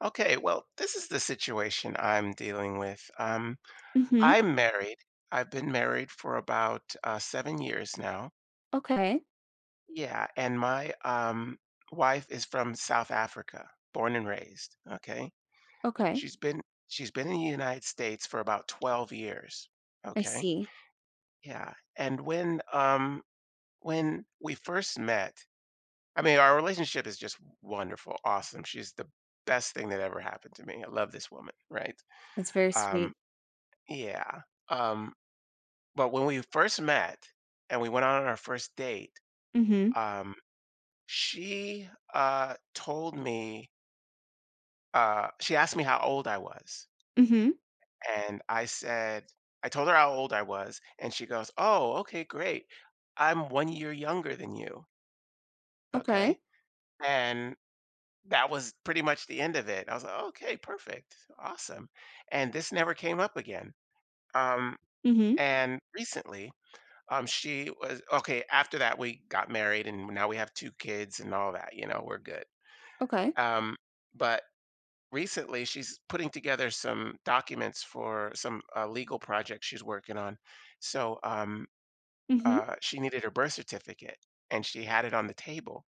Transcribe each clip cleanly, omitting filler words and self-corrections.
Okay, well, this is the situation I'm dealing with. Mhm. I'm married. I've been married for about 7 years now. Okay. Yeah, and my wife is from South Africa, born and raised. Okay, Okay. she's been she's been in the United States for about 12 years. I Okay, see. yeah, and when we first met, I mean, our relationship is just wonderful, awesome. She's the best thing that ever happened to me. I love this woman, right? That's very Um, sweet. Yeah, um, but when we first met and we went out on our first date, Mhm. um, she told me, she asked me how old I was, Mhm. and I told her how old I was, and she goes, "Oh, okay, great. I'm 1 year younger than you." Okay, Okay. and that was pretty much the end of it. I was like, "Okay, perfect, awesome," and this never came up again, um, Mhm. and recently she was okay. After that, we got married, and now we have 2 kids and all that, you know, we're good. Okay. Um, but recently, she's putting together some documents for some, legal project she's working on. So, um, Mhm. uh, she needed her birth certificate, and she had it on the table,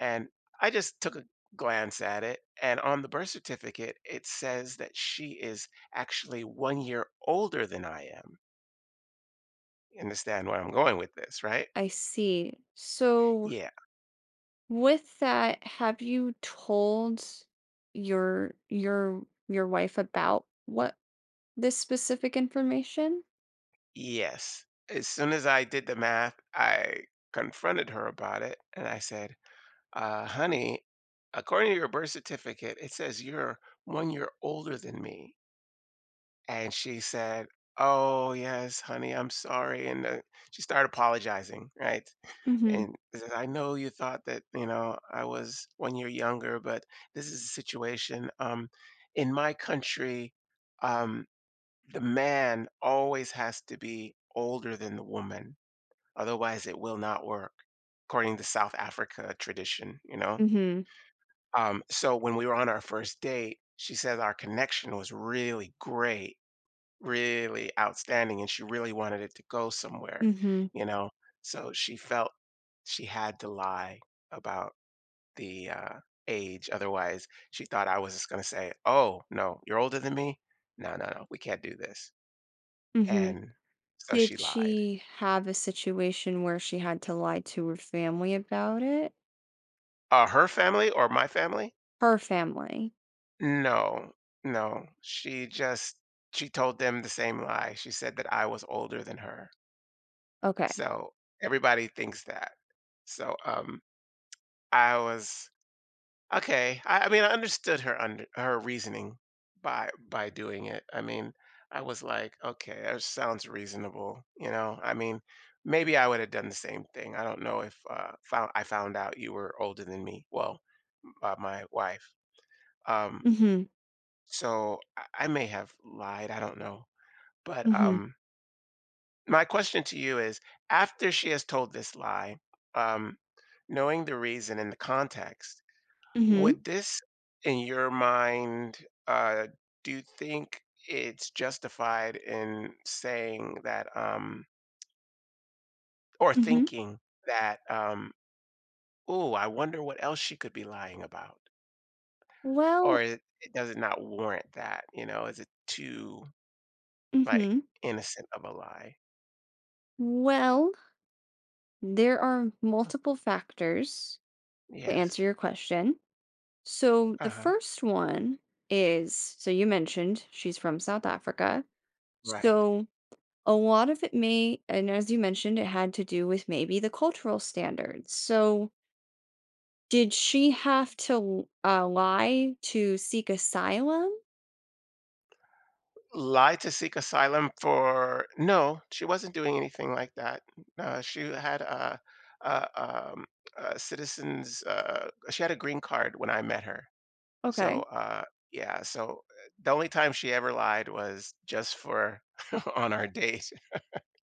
and I just took a glance at it, and on the birth certificate, it says that she is actually 1 year older than I am. You understand where I'm going with this, right? I see. So Yeah. with that, have you told your your wife about what this specific information? Yes. As soon as I did the math, I confronted her about it and I said, honey, according to your birth certificate, it says you're 1 year older than me. And she said, "Oh, yes, honey, I'm sorry." And she started apologizing, right? Mhm. And she says, I know you thought that, you know, I was 1 year younger, but this is the situation. In my country, um, the man always has to be older than the woman. Otherwise, it will not work, according to South Africa tradition, you know? Mhm. So when we were on our first date, she said our connection was really great, really outstanding, and she really wanted it to go somewhere, Mhm. you know? So she felt she had to lie about the age. Otherwise, she thought I was just going to say, oh, no, you're older than me? No, no, no, we can't do this. Mhm. And so Did she lied. she have a situation where she had to lie to her family about it? Her family or my family? Her family. No, no. She told them the same lie. She said that I was older than her. Okay. So everybody thinks that. So I was okay. I mean I understood her under her reasoning by doing it. I mean, I was like, okay, that sounds reasonable, you know. I mean, maybe I would have done the same thing. I don't know if found I found out you were older than me. Well, my wife. Um Mhm. So I may have lied, I don't know. But Mhm. My question to you is, after she has told this lie, um, knowing the reason and the context, Mhm. would this, in your mind, uh, do you think it's justified in saying that, or Mhm. thinking that, oh, I wonder what else she could be lying about? Or Well, it does it not warrant that? You know, is it too like mhm. innocent of a lie? Well, there are multiple factors to answer Yes. your question. So, the Uh-huh. first one is so you mentioned she's from South Africa. Right. So, a lot of it may and as you mentioned, it had to do with maybe the cultural standards. So, did she have to, lie to seek asylum? Lied to seek asylum for, no, she wasn't doing anything like that. No, she had a um, a citizens. She had a green card when I met her. So Okay, uh, yeah. So the only time she ever lied was just for on our date.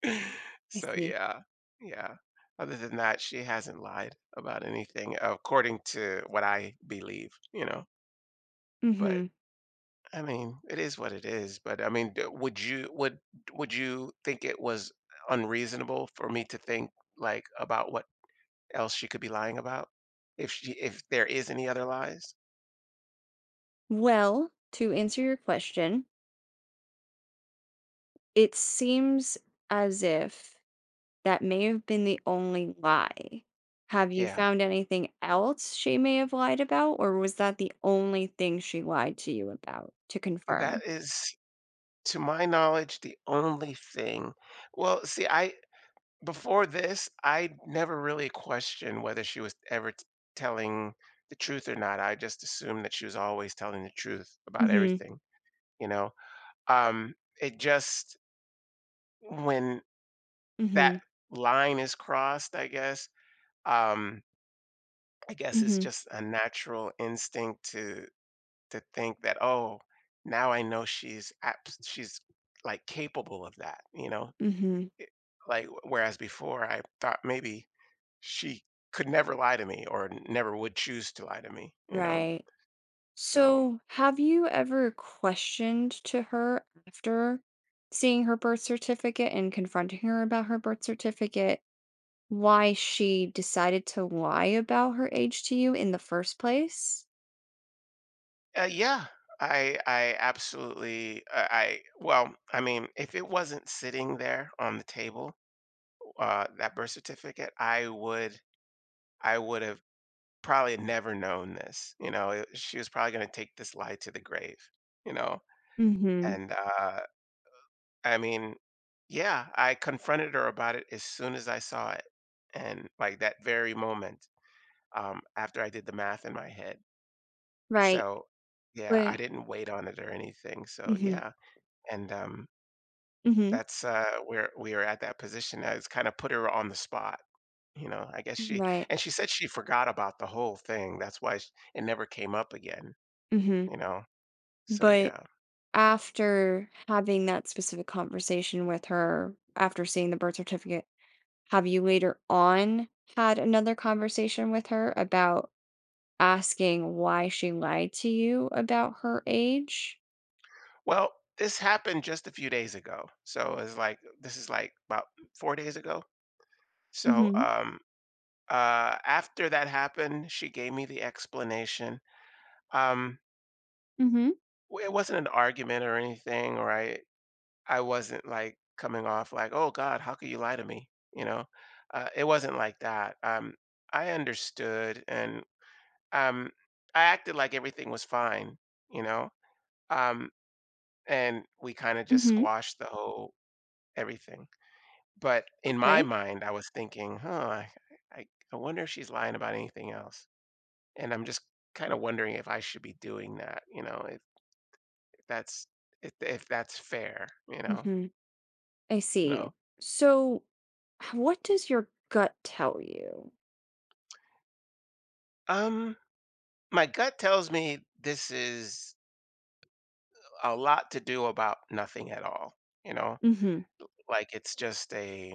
I So see. yeah, yeah. Other than that, she hasn't lied about anything, according to what I believe. You know, but Mhm. I mean, it is what it is, but I mean, d would you would you think it was unreasonable for me to think, like, about what else she could be lying about? If she if there is any other lies? Well, to answer your question, it seems as if that may have been the only lie. Have you Yeah. found anything else she may have lied about, or was that the only thing she lied to you about to That confirm? is, to my knowledge, the only thing. Well, see, I before this, I never really questioned whether she was ever t telling the truth or not. I just assumed that she was always telling the truth about Mhm, everything, you know? Um, it just when that mhm, line is crossed, um, I guess it's mhm, just a natural instinct to think that, "Oh, now I know she's, like, capable of that," you know? mhm, It like, whereas before, I thought maybe she could never lie to me or never would choose to lie to me, you know? right. So, So, have you ever questioned to her after seeing her birth certificate and confronting her about her birth certificate, why she decided to lie about her age to you in the first place? Yeah, I absolutely I well, I mean, if it wasn't sitting there on the table, that birth certificate, I would have probably never known this, you know, it she was probably gonna take this lie to the grave, you know, Mhm. and, I mean, yeah, I confronted her about it as soon as I saw it, and, like, that very moment, after I did the math in my head, Right. so, yeah, I But didn't wait on it or anything, so, mhm. yeah, and, Mhm. that's, where we are at that position as kinda put her on the spot, you know, I guess she Right. and she said she forgot about the whole thing, that's why sh it never came up again. Mhm. You know? So But yeah. after having that specific conversation with her, after seeing the birth certificate, have you later on had another conversation with her about asking why she lied to you about her age? Well, this happened just a few days ago. So it's like this is like about 4 days ago. So Mhm. um uh after that happened, she gave me the explanation. Um Mhm. It wasn't an argument or anything, or I wasn't like coming off like, oh God, how could you lie to me? You know? It wasn't like that. I understood and um I acted like everything was fine, you know? Um and we kind of just Mhm. squashed the whole everything. But in my Okay. mind, I was thinking, "Huh, I I wonder if she's lying about anything else." And I'm just kinda wondering if I should be doing that, you know, if that's if that's fair, you know? Mhm. I You see. know? So h- what does your gut tell you? Um, my gut tells me this is a lot to do about nothing at all, you know? Mhm. Like, it's just a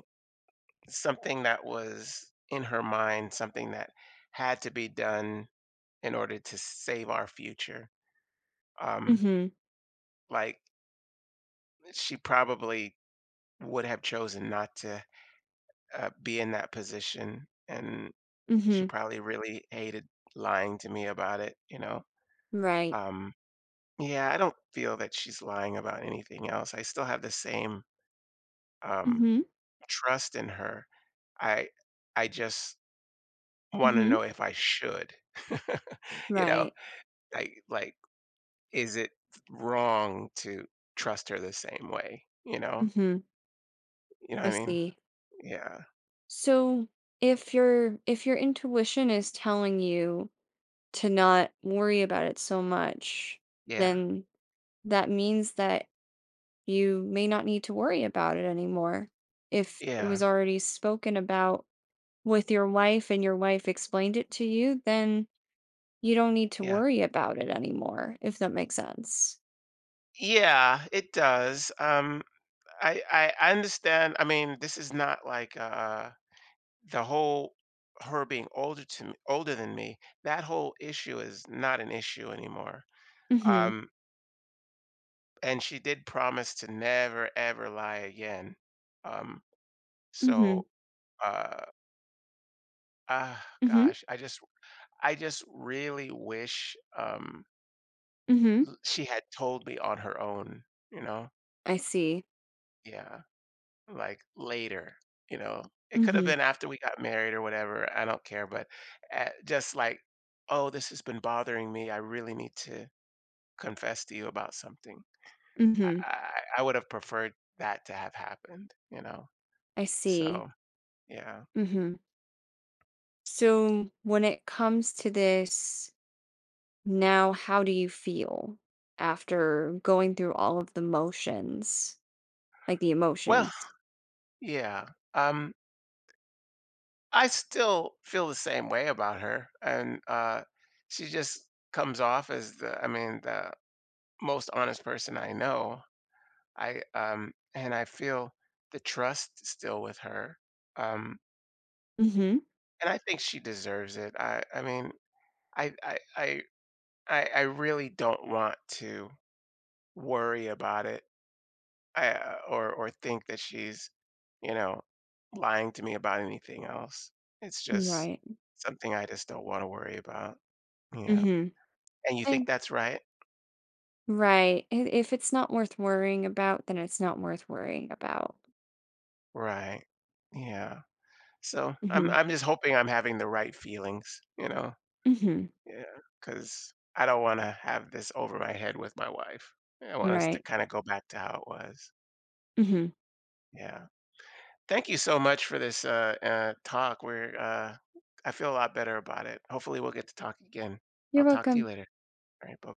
something that was in her mind, something that had to be done in order to save our future. Um, Mhm. like, she probably would have chosen not to be in that position, and she Mhm. probably really hated lying to me about it, you know? Right. Um, yeah, I don't feel that she's lying about anything else. I still have the same um, Mhm. trust in her. I I just want to Mhm. know if I should. You know, Right. Like is it wrong to trust her the same way? Mhm. You know what I I mean? see. Yeah, So if your intuition is telling you to not worry about it so much, yeah, then that means that you may not need to worry about it anymore. If it yeah, was already spoken about with your wife and your wife explained it to you, then you don't need to yeah. worry about it anymore, if that makes sense. Yeah, it does. I understand. I mean, this is not like the whole her being older to me, older than me. That whole issue is not an issue anymore. Mhm. Um, and she did promise to never ever lie again. Um, Mhm. so uh ah Mhm. gosh, I just really wish Mhm. she had told me on her own, you know? I see. Yeah. Like later, you know, it could have Mhm. been after we got married or whatever. I don't care, but just like, oh, this has been bothering me. I really need to confess to you about something. I, Mhm. I, I would have preferred that to have happened, you know. I see. So yeah, Mhm. So when it comes to this now, how do you feel after going through all of the motions? Like the well, emotions. yeah. Um, I still feel the same way about her, and she just comes off as the, I mean, the most honest person I know. And I feel the trust still with her, um, Mhm. and I think she deserves it. I mean, I I I I really don't want to worry about it, I, or think that she's, you know, lying to me about anything else. It's just Right. something I just don't want to worry about. Yeah. Mhm. And you think And that's right? right. I if it's not worth worrying about, then it's not worth worrying about. Right. Yeah. So I'm Mhm. I'm just hoping I'm having the right feelings, you know? Mhm. Yeah, cause I don't wanna have this over my head with my wife. I want us to Right. kinda go back to how it was. Mhm. Yeah. Thank you so much for this, talk. I feel a lot better about it. Hopefully, we'll get to talk again. I'll You're talk to you welcome. later. All right, bu